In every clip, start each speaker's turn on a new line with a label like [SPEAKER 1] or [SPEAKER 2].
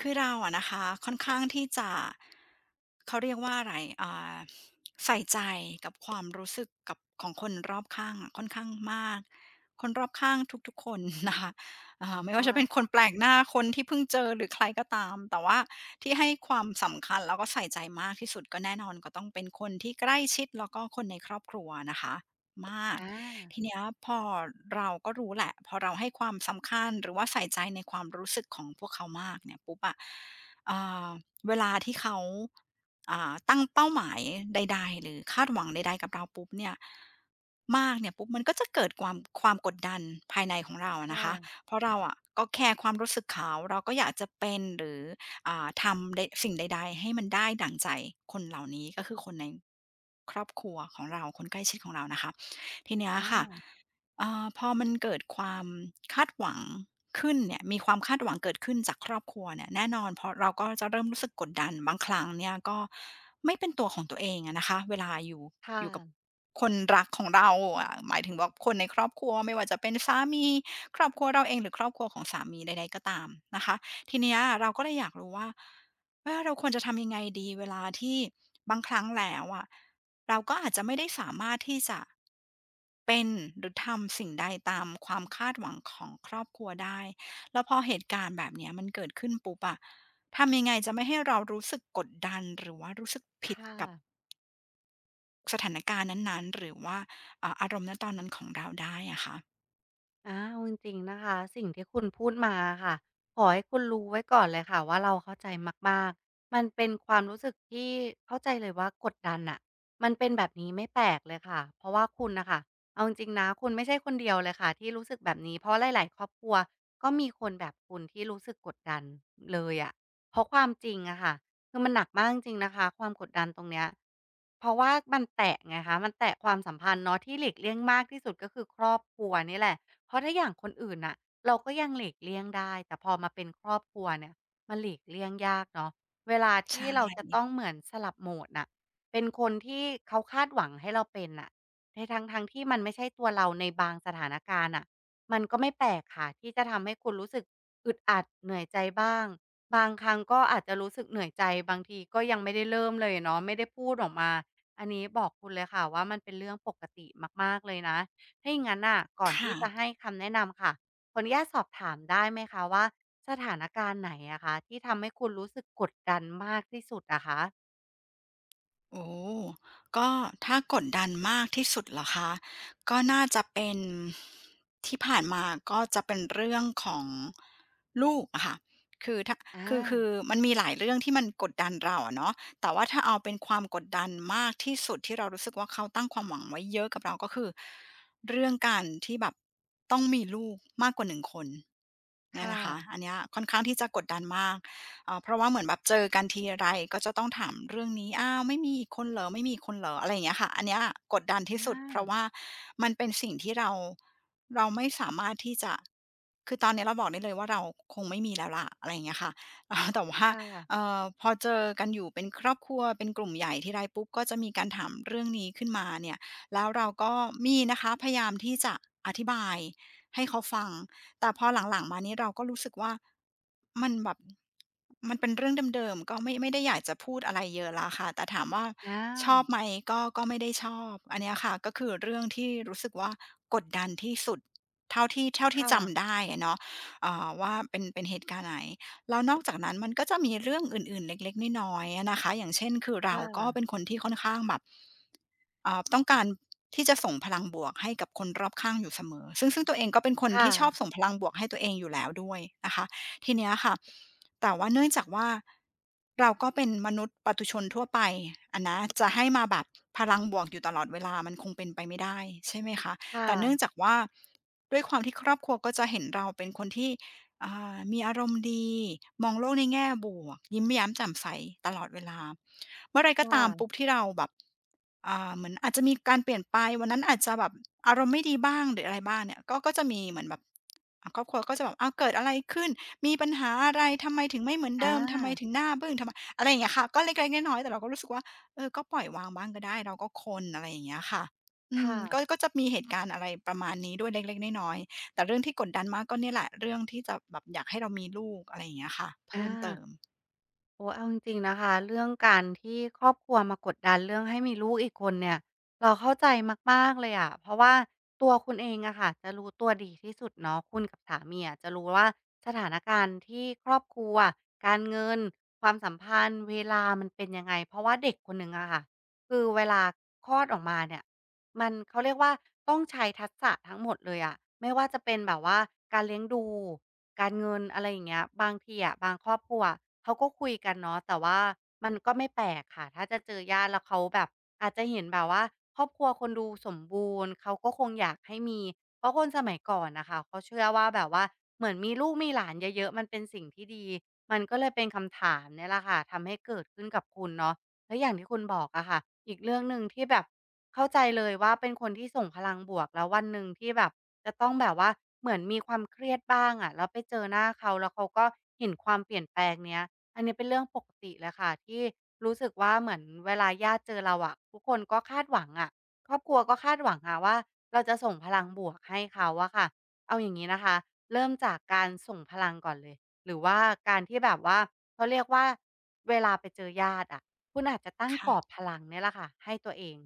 [SPEAKER 1] คือเราอะนะคะค่อนข้างที่จะเขาเรียกว่าอะไรอ่าใส่ใจกับความรู้สึกกับของคนรอบข้างอะค่อนข้างมากคนรอบข้างทุกๆคนนะคะไม่ว่าจะเป็นค
[SPEAKER 2] ค่ะ
[SPEAKER 1] นแปลกหน้าคนที่เพิ่งเจอหรือใครก็ตามแต่ว่าที่ให้ความสำคัญแล้วก็ใส่ใจมากที่สุดก็แน่นอนก็ต้องเป็นคนที่ใกล้ชิดแล้วก็คนในครอบครัวนะคะ มาก
[SPEAKER 2] อา
[SPEAKER 1] ทีเนี้ยพอเราก็รู้แหละพอเราให้ความสำคัญหรือว่าใส่ใจในความรู้สึกของพวกเขามากเนี่ยปุ๊บอะเอ่อเวลาที่เขาตั้งเป้าหมายใดๆหรือคาดหวังใดๆกับเราปุ๊บเนี่ยมากเนี่ยปุ๊บมันก็จะเกิดความกดดันภายในของเราอะนะ
[SPEAKER 2] ค่ะ
[SPEAKER 1] คะเพราะเราอะก็แคร์ความรู้สึกเขาเราก็อยากจะเป็นหรือทำใดสิ่งใดๆให้มันได้ดั่งใจคนเหล่านี้ก็คือคนในครอบครัวของเราคนใกล้ชิดของเรานะคะ ทีเนี้ย
[SPEAKER 2] อา
[SPEAKER 1] ค่ะพอมันเกิดความคาดหวังขึ้นเนี่ยมีความคาดหวังเกิดขึ้นจากครอบครัวเนี่ยแน่นอนเพราะเราก็จะเริ่มรู้สึกกดดันบางครั้งเนี่ยก็ไม่เป็นตัวของตัวเองอะนะคะเวลาอยู่อ
[SPEAKER 2] ค่ะ
[SPEAKER 1] ยู่กับคนรักของเราอะหมายถึงว่าคนในครอบครัวไม่ว่าจะเป็นสามีครอบครัวเราเองหรือครอบครัวของสามีใดๆก็ตามนะคะทีเนี้ยเราก็เลยอยากรู้ว่าเออเราควรจะทำยังไงดีเวลาที่บางครั้งแล้วอะ เราก็อาจจะไม่ได้สามารถที่จะเป็นหรือทำสิ่งใดตามความคาดหวังของครอบครัวได้แล้วพอเหตุการณ์แบบเนี้ยมันเกิดขึ้นปุ๊บอะทำยังไงจะไม่ให้เรารู้สึกกดดันหรือว่ารู้สึกผิด
[SPEAKER 2] ค่ะ
[SPEAKER 1] กับสถานการณ์นั้นๆหรือว่าเอ่าอารมณ์ณตอนนั้นของเราได้อะคะ
[SPEAKER 2] เอาจริงๆนะคะสิ่งที่คุณพูดมาอะค่ะขอให้คุณรู้ไว้ก่อนเลยค่ะว่าเราเข้าใจมากๆมันเป็นความรู้สึกที่เข้าใจเลยว่ากดดันน่ะมันเป็นแบบนี้ไม่แปลกเลยค่ะเพราะว่าคุณน่ะค่ะเอาจริงๆนะคุณไม่ใช่คนเดียวเลยค่ะที่รู้สึกแบบนี้เพราะหลายๆครอบครัวก็มีคนแบบคุณที่รู้สึกกดดันเลยอะเพราะความจริงอะค่ะคือมันหนักมากจริงๆนะคะความกดดันตรงเนี้ยเพราะว่ามันแตะไงคะมันแตะความสัมพันธ์เนาะที่หลีกเลี่ยงมากที่สุดก็คือครอบครัวนี่แหละ เพราะถ้าอย่างคนอื่นน่ะเราก็ยังหลีกเลี่ยงได้แต่พอมาเป็นครอบครัวเนี่ยมันหลีกเลี่ยงยากเนาะเวลาที่เรา
[SPEAKER 1] ใช่
[SPEAKER 2] จะต้องเหมือนสลับโหมดน่ะเป็นคนที่เขาคาดหวังให้เราเป็นน่ะในทั้งๆที่มันไม่ใช่ตัวเราในบางสถานการณ์น่ะมันก็ไม่แปลกค่ะที่จะทำให้คุณรู้สึกอึดอัดเหนื่อยใจบ้างบางครั้งก็อาจจะรู้สึกเหนื่อยใจบางทีก็ยังไม่ได้เริ่มเลยเนาะไม่ได้พูดออกมาอันนี้บอกคุณเลยค่ะว่ามันเป็นเรื่องปกติมากๆเลยนะ ถ้าอย่างงั้นน่ะก่อนที่
[SPEAKER 1] ค่ะ
[SPEAKER 2] จะให้คำแนะนำค่ะขออนุญาตสอบถามได้ไหมคะว่าสถานการณ์ไหนอะคะที่ทำให้คุณรู้สึกกดดันมากที่สุดอะคะ
[SPEAKER 1] โอ้ก็ถ้ากดดันมากที่สุดเหรอคะก็น่าจะเป็นที่ผ่านมาก็จะเป็นเรื่องของลูกอะค่ะคือถ้า
[SPEAKER 2] อา
[SPEAKER 1] คือมันมีหลายเรื่องที่มันกดดันเราอะเนาะแต่ว่าถ้าเอาเป็นความกดดันมากที่สุดที่เรารู้สึกว่าเขาตั้งความหวังไว้เยอะกับเราก็คือเรื่องการที่แบบต้องมีลูกมากกว่า1คนเนี่ย
[SPEAKER 2] ค่ะ
[SPEAKER 1] นะคะอันเนี้ยค่อนข้างที่จะกดดันมาก เพราะว่าเหมือนแบบเจอกันทีไรก็จะต้องถามเรื่องนี้อ้าวไม่มีอีกคนเหรอไม่มีอีกคนเหรออะไรอย่างเงี้ยค่ะอันเนี้ยกดดันที่
[SPEAKER 2] อ
[SPEAKER 1] สุดเพราะ
[SPEAKER 2] า
[SPEAKER 1] ว่ามันเป็นสิ่งที่เราไม่สามารถที่จะคือตอนนี้เราบอกได้เลยว่าเราคงไม่มีแล้วล่ะอะไรอย่างเงี้ยค่ะ แต่ว่า
[SPEAKER 2] ค่ะ
[SPEAKER 1] พอเจอกันอยู่เป็นครอบครัวเป็นกลุ่มใหญ่ทีไรปุ๊บก็จะมีการถามเรื่องนี้ขึ้นมาเนี่ยแล้วเราก็มีนะคะพยายามที่จะอธิบายให้เขาฟัง แต่พอหลังๆมานี้เราก็รู้สึกว่ามันแบบมันเป็นเรื่องเดิมๆก็ไม่ได้อยากจะพูดอะไรเยอะแล้วค่ะแต่ถามว่า
[SPEAKER 2] อา
[SPEAKER 1] ชอบไหมก็ไม่ได้ชอบอันเนี้ยค่ะก็คือเรื่องที่รู้สึกว่ากดดันที่สุดเท่าที่
[SPEAKER 2] ค่ะ
[SPEAKER 1] จำได้อะเนาะว่าเป็นเหตุการณ์ไหน แล้วนอกจากนั้นมันก็จะมีเรื่องอื่นๆเล็กๆน้อยๆอะนะคะอย่างเช่นคือเรา
[SPEAKER 2] ค่
[SPEAKER 1] ก็เป็น
[SPEAKER 2] ะ
[SPEAKER 1] คนที่ค่อนข้างแบบต้องการที่จะส่งพลังบวกให้กับคนรอบข้างอยู่เสมอซึ่งตัวเองก็เป็นคน
[SPEAKER 2] ค่ะ
[SPEAKER 1] ที่ชอบส่งพลังบวกให้ตัวเองอยู่แล้วด้วยนะคะทีเนี้ยค่ะแต่ว่าเนื่องจากว่าเราก็เป็นมนุษย์ปุถุชนทั่วไปอะนะจะให้มาแบบพลังบวกอยู่ตลอดเวลามันคงเป็นไปไม่ได้ใช่ไหมคะ
[SPEAKER 2] ค
[SPEAKER 1] แต่เนื่องจา
[SPEAKER 2] ่ะ
[SPEAKER 1] กว่าด้วยความที่ครอบครัวก็จะเห็นเราเป็นคนที่ มีอารมณ์ดีมองโลกในแง่บวกยิ้มแย้มแจ่มใสตลอดเวลาเมื่อไรก็
[SPEAKER 2] ค่ะ
[SPEAKER 1] ตา
[SPEAKER 2] ค่ะ
[SPEAKER 1] มปุ๊บที่เราแบบเหมือนอาจจะมีการเปลี่ยนไปวันนั้นอาจจะแบบอารมณ์ไม่ดีบ้างหรืออะไรบ้างเนี่ยก็จะมีเหมือนแบบครอบครัวก็จะแบบอ้าวเกิดอะไรขึ้นมีปัญหาอะไรทำไมถึงไม่เหมือนเดิ
[SPEAKER 2] อา
[SPEAKER 1] มทำไมถึงหน้าบึ้งทำไมอะไรอย่างเงี้ยค่ะก็เล็กๆน้อยๆแต่เราก็รู้สึกว่าเออก็ปล่อยวางบ้างก็ได้เราก็คนอะไรอย่างเงี้ยค่ะอืม
[SPEAKER 2] ค่ะ
[SPEAKER 1] ก็จะมีเหตุการณ์อะไรประมาณนี้ด้วยเล็กๆน้อยๆ แต่เรื่องที่กดดันมากก็เนี่ยแหละเรื่องที่จะแบบอยากให้เรามีลูกอะไรอย่างเงี้ยค่ะเพิ่มเติ
[SPEAKER 2] อา
[SPEAKER 1] ม
[SPEAKER 2] โอ้เอาจริงๆนะคะ เรื่องการที่ครอบครัวมากดดันเรื่องให้มีลูกอีกคนเนี่ยเราเข้าใจมากๆเลยอะเพราะว่าตัวคุณเองอะค่ะจะรู้ตัวดีที่สุดเนาะคุณกับสามีอะจะรู้ว่าสถานการณ์ที่ครอบครัวการเงิน ความสัมพันธ์เวลามันเป็นยังไงเพราะว่าเด็กคนหนึ่งอะค่ะ คือเวลาคลอดออกมาเนี่ยมันเขาเรียกว่าต้องใช้ทักษะทั้งหมดเลยอะไม่ว่าจะเป็นแบบว่าการเลี้ยงดู การเงินอะไรอย่างเงี้ยบางทีอะบางครอบครัวเขาก็คุยกันเนาะแต่ว่ามันก็ไม่แปลกค่ะถ้าจะเจอญาติแล้วเขาแบบอาจจะเห็นแบบว่าครอบครัวคนดูสมบูรณ์เขาก็คงอยากให้มีเพราะคนสมัยก่อนน่ะค่ะเขาเชื่อว่าแบบว่าเหมือนมีลูกมีหลานเยอะๆมันเป็นสิ่งที่ดีมันก็เลยเป็นคำถามเนี่ยแหละค่ะทำให้เกิดขึ้นกับคุณเนาะแล้วอย่างที่คุณบอกอะค่ะอีกเรื่องหนึ่งที่แบบเข้าใจเลยว่าเป็นคนที่ส่งพลังบวกแล้ววันหนึ่งที่แบบ จะต้องแบบว่าเหมือนมีความเครียดบ้างอะแล้วไปเจอหน้าเขาแล้วเขาก็เห็นความเปลี่ยนแปลงเนี้ยอันนี้เป็นเรื่องปกติเลยค่ะที่รู้สึกว่าเหมือนเวลาญาติเจอเราอะทุกคนก็คาดหวังอะครอบครัวก็คาดหวังอะว่าเราจะส่งพลังบวกให้เขาอะค่ะเอาอย่างงี้นะคะเริ่มจากการส่งพลังก่อนเลยหรือว่าการที่แบบว่าเขาเรียกว่าเวลาไปเจอญาติอะคุณอาจจะตั้งกรอบ
[SPEAKER 1] ค่ะ
[SPEAKER 2] พลังเนี่ยแหละค่ะให้ตัวเอง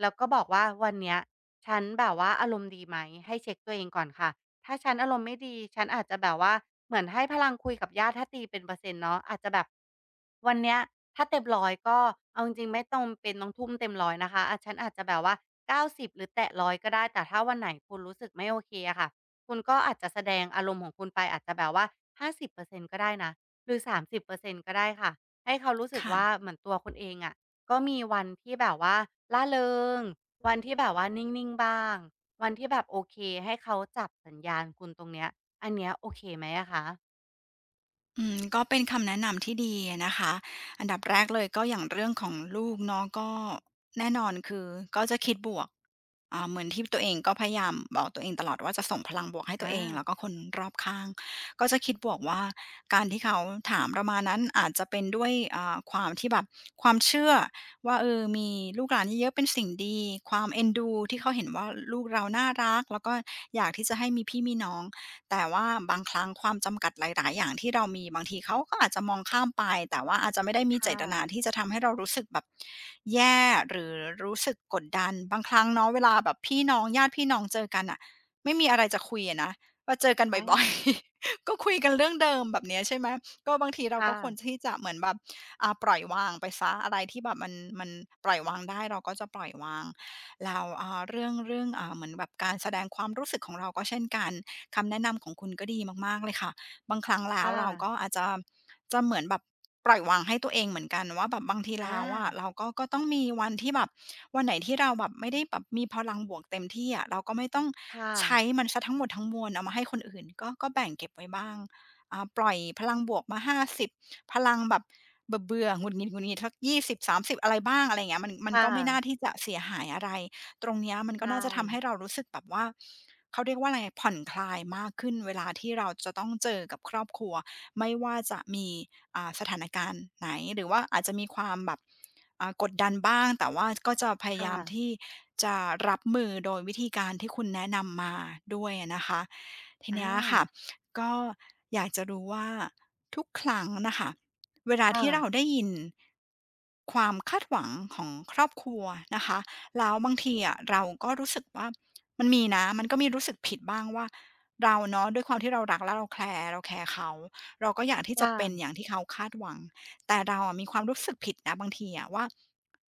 [SPEAKER 2] แล้วก็บอกว่าวันเนี้ยฉันแบบว่าอารมณ์ดีไหมให้เช็กตัวเองก่อนค่ะถ้าฉันอารมณ์ไม่ดีฉันอาจจะแบบว่าเหมือนให้พลังคุยกับญาติถ้าตีเป็นเปอร์เซ็นต์เนาะอาจจะแบบวันเนี้ยถ้าเต็มร้อยก็เอาจริงๆไม่จำเป็นต้องทุ่มเต็มร้อยนะคะอาฉันอาจจะแบบว่า90หรือแตะ100ก็ได้แต่ถ้าวันไหนคุณรู้สึกไม่โอเคอะค่ะคุณก็อาจจะแสดงอารมณ์ของคุณไปอาจจะแบบว่า50%ก็ได้นะหรือ30%ก็ได้ค่ะให้เขารู้สึก
[SPEAKER 1] ค่ะ
[SPEAKER 2] ว่าเหมือนตัวคุณเองอะ ก็มีวันที่แบบว่าร่าเริงวันที่แบบว่านิ่งๆบ้างวันที่แบบโอเคให้เขาจับสัญญาณคุณตรงเนี้ยอันเนี้ยโอเคไหมอะคะ
[SPEAKER 1] อืมก็เป็นคำแนะนำที่ดีอะนะคะอันดับแรกเลยก็อย่างเรื่องของลูกเนาะก็แน่นอนคือก็จะคิดบวกเหมือนที่ตัวเองก็พยายามบอกตัวเองตลอดว่าจะส่งพลังบวกให้ตัว
[SPEAKER 2] อา
[SPEAKER 1] เองแล้วก็คนรอบข้างก็จะคิดบวกว่าการที่เขาถามเรามานั้นอาจจะเป็นด้วยความที่แบบความเชื่อว่าเออมีลูกหลานเยอะๆเป็นสิ่งดีความเอ็นดูที่เขาเห็นว่าลูกเราน่ารักแล้วก็อยากที่จะให้มีพี่มีน้อง แต่ว่าบางครั้งความจำกัดหลายๆอย่างที่เรามีบางทีเขาก็อาจจะมองข้ามไปแต่ว่าอาจจะไม่ได้มี
[SPEAKER 2] ค
[SPEAKER 1] เจตนา
[SPEAKER 2] ่ะ
[SPEAKER 1] ที่จะทำให้เรารู้สึกแบบแย่หรือรู้สึกกดดันบางครั้งเนาะเวลาแบบพี่น้องญาติพี่น้องเจอกันน่ะไม่มีอะไรจะคุยอะนะก็เจอกันบ่อย
[SPEAKER 2] อา
[SPEAKER 1] ๆ ก็คุยกันเรื่องเดิมแบบเนี้ยใช่ไหมก็บางที
[SPEAKER 2] ค
[SPEAKER 1] เราก็ควร
[SPEAKER 2] ่ะ
[SPEAKER 1] ที่จะเหมือนแบบปล่อยวางไปเสียอะไรที่แบบมันมันปล่อยวางได้เราก็จะปล่อยวางแล้วเรื่องเหมือนแบบการแสดงความรู้สึกของเราก็เช่นกัน คำแนะนำของคุณก็ดีมากๆเลยค่ะบางครั้งแล้ว
[SPEAKER 2] ค่ะ
[SPEAKER 1] เราก็อาจจะเหมือนแบบปล่อยวางให้ตัวเองเหมือนกันว่าแบบบางทีแล้
[SPEAKER 2] อา
[SPEAKER 1] วอะเราก็ต้องมีวันที่แบบวันไหนที่เราแบบไม่ได้แบบมีพลังบวกเต็มที่อะเราก็ไม่ต้อง
[SPEAKER 2] ค่ะ
[SPEAKER 1] ใช้มันสทั้งหมดทั้งมวลเอามาให้คนอื่นก็แบ่งเก็บไว้บ้างปล่อยพลังบวกมา50พลังแบบเบื่อๆหงุดหงิดสัก20 30อะไรบ้างอะไรงเงี้ยมัน
[SPEAKER 2] ค่ะ
[SPEAKER 1] ก็ไม่น่าที่จะเสียหายอะไรตรงเนี้ยมันก็
[SPEAKER 2] ใช่
[SPEAKER 1] น่าจะทำให้เรารู้สึกแบบว่า เขาเรียกว่าอะไรผ่อนคลายมากขึ้นเวลาที่เราจะต้องเจอกับครอบครัวไม่ว่าจะมีสถานการณ์ไหนหรือว่าอาจจะมีความแบบกดดันบ้างแต่ว่าก็จะพยายาม
[SPEAKER 2] ค่ะ
[SPEAKER 1] ที่จะรับมือโดยวิธีการที่คุณแนะนำมาด้วยนะคะที
[SPEAKER 2] อ
[SPEAKER 1] เนี้ยค่ะ
[SPEAKER 2] า
[SPEAKER 1] ก็อยากจะรู้ว่าทุกครั้งนะคะเวลา
[SPEAKER 2] ค่ะ
[SPEAKER 1] ที่เราได้ยินความคาดหวังของครอบครัวนะคะ แล้วบางทีอะเราก็รู้สึกว่ามันมีนะมันก็มีรู้สึกผิดบ้างว่าเราเนาะด้วยความที่เรารักแลวเราแคร์เขาเราก็อยากที่จะ
[SPEAKER 2] ค่ะ
[SPEAKER 1] เป็นอย่างที่เขาคาดหวังแต่เราอะมีความรู้สึกผิดนะบางทีอะว่า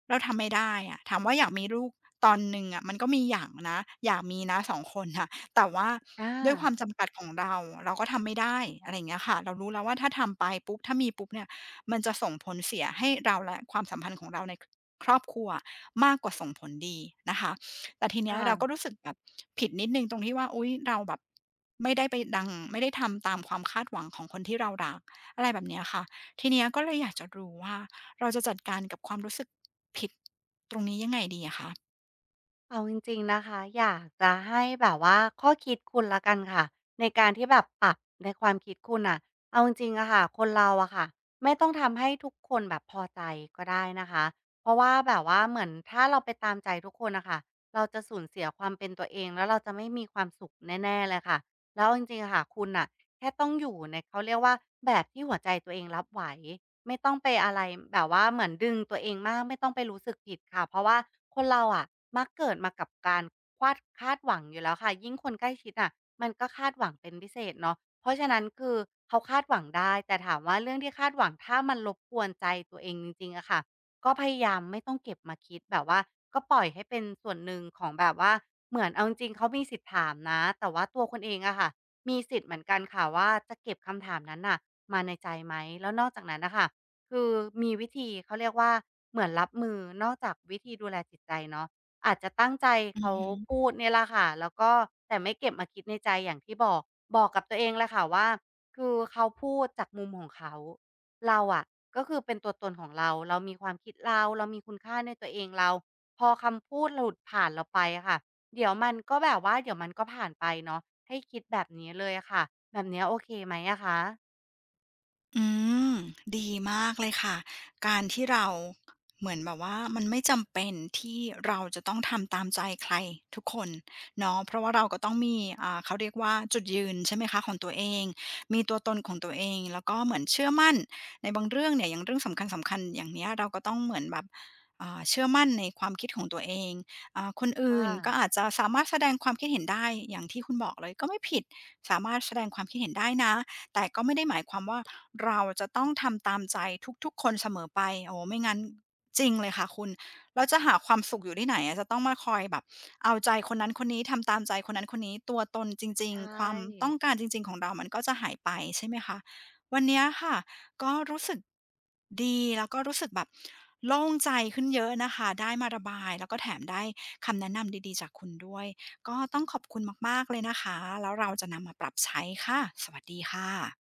[SPEAKER 1] เราทำไม่ได้อะถามว่าอยากมีลูกตอนหนึ่งอะมันก็มีอยากนะอยากมีนะสองคนน่ะแต่ว่า
[SPEAKER 2] อา
[SPEAKER 1] ด้วยความจำกัดของเราเราก็ทำไม่ได้อะไรอย่างเงี้ยค่ะเรารู้แล้วว่าถ้าทำไปปุ๊บถ้ามีปุ๊บเนี่ย มันจะส่งผลเสียให้เราและความสัมพันธ์ของเราในครอบครัวมากกว่าส่งผลดีนะคะแต่ทีเนี้ยเราก็
[SPEAKER 2] ค่ะ
[SPEAKER 1] รู้สึกแบบผิดนิดนึงตรงที่ว่าอุ๊ยเราแบบไม่ได้ไปดังไม่ได้ทำตามความคาดหวังของคนที่เรารักอะไรแบบเนี้ยค่ะ ทีเนี้ยก็เลยอยากจะรู้ว่าเราจะจัดการกับความรู้สึกผิดตรงนี้ยังไงดีอะคะ
[SPEAKER 2] เอาจริงๆนะคะอยากจะให้แบบว่าข้อคิดคุณละกันค่ะในการที่แบบปรับในความคิดคุณอ่ะเอาจริงๆอะค่ะคนเราอะค่ะไม่ต้องทำให้ทุกคนแบบพอใจก็ได้นะคะเพราะว่าแบบว่าเหมือนถ้าเราไปตามใจทุกคนนะคะเราจะสูญเสียความเป็นตัวเองแล้วเราจะไม่มีความสุขแน่ๆเลยค่ะแล้วเอาจริงๆอะค่ะคุณอ่ะแค่ต้องอยู่ในเขาเรียกว่าแบบที่หัวใจตัวเองรับไหว ไม่ต้องไปอะไรแบบว่าเหมือนดึงตัวเองมากไม่ต้องไปรู้สึกผิดค่ะเพราะว่าคนเราอะมักเกิดมากับการควาดคาดหวังอยู่แล้วค่ะยิ่งคนใกล้ชิดน่ะมันก็คาดหวังเป็นพิเศษเนาะเพราะฉะนั้นคือเขาคาดหวังได้แต่ถามว่าเรื่องที่คาดหวังถ้ามันรบกวนใจตัวเองจริงๆอะค่ะก็พยายามไม่ต้องเก็บมาคิดแบบว่าก็ปล่อยให้เป็นส่วนหนึ่งของแบบว่าเหมือนเอาจริงๆเขามีสิทธิ์ถามนะแต่ว่าตัวคนเองอะค่ะมีสิทธิ์เหมือนกันค่ะว่าจะเก็บคำถามนั้นน่ะมาในใจไหมแล้วนอกจากนั้นนะคะ คือมีวิธีเขาเรียกว่าเหมือนรับมือนอกจากวิธีดูแลจิตใจเนาะอาจจะตั้งใจ
[SPEAKER 1] อือ
[SPEAKER 2] เขา
[SPEAKER 1] ฮึ
[SPEAKER 2] พูดเนี่ยแหละค่ะแล้วก็แต่ไม่เก็บมาคิดในใจอย่างที่บอกบอกกับตัวเองแหละค่ะว่าคือเขาพูดจากมุมของเขาเราอะก็คือเป็นตัวตนของเราเรามีความคิดเราเรามีคุณค่าในตัวเองเราพอคำพูดหลุดผ่านเราไปอะค่ะเดี๋ยวมันก็แบบว่าเดี๋ยวมันก็ผ่านไปเนาะให้คิดแบบนี้เลยอะค่ะแบบเนี้ยโอเคไหมอะคะ
[SPEAKER 1] อืมดีมากเลยค่ะการที่เราเหมือนแบบว่ามันไม่จำเป็นที่เราจะต้องทำตามใจใครทุกคนเนาะเพราะว่าเราก็ต้องมีเขาเรียกว่าจุดยืนใช่ไหมคะของตัวเองมีตัวตนของตัวเองแล้วก็เหมือนเชื่อมั่นในบางเรื่องเนี่ยอย่างเรื่องสำคัญๆอย่างเนี้ยเราก็ต้องเหมือนแบบเชื่อมั่นในความคิดของตัวเองคน
[SPEAKER 2] ค่
[SPEAKER 1] อื่นก็อาจ
[SPEAKER 2] ะ
[SPEAKER 1] จะสามารถแสดงความคิดเห็นได้อย่างที่คุณบอกเลยก็ไม่ผิดสามารถแสดงความคิดเห็นได้นะ แต่ก็ไม่ได้หมายความว่าเราจะต้องทำตามใจทุกๆคนเสมอไปโอ้ไม่งั้นจริงเลยค่ะคุณ เราจะหาความสุขอยู่ที่ไหนอะจะต้องมาคอยแบบเอาใจคนนั้นคนนี้ทำตามใจคนนั้นคนนี้ตัวตนจริงๆค
[SPEAKER 2] ใช่
[SPEAKER 1] วามต้องการจริงๆของเรามันก็จะหายไปใช่ไหมคะวันเนี้ยค่ะก็รู้สึกดีแล้วก็รู้สึกแบบโล่งใจขึ้นเยอะนะคะได้มาระบายแล้วก็แถมได้คำแนะนำดีๆจากคุณด้วย ก็ต้องขอบคุณมากๆเลยนะคะ แล้วเราจะนำมาปรับใช้ค่ะ สวัสดีค่ะ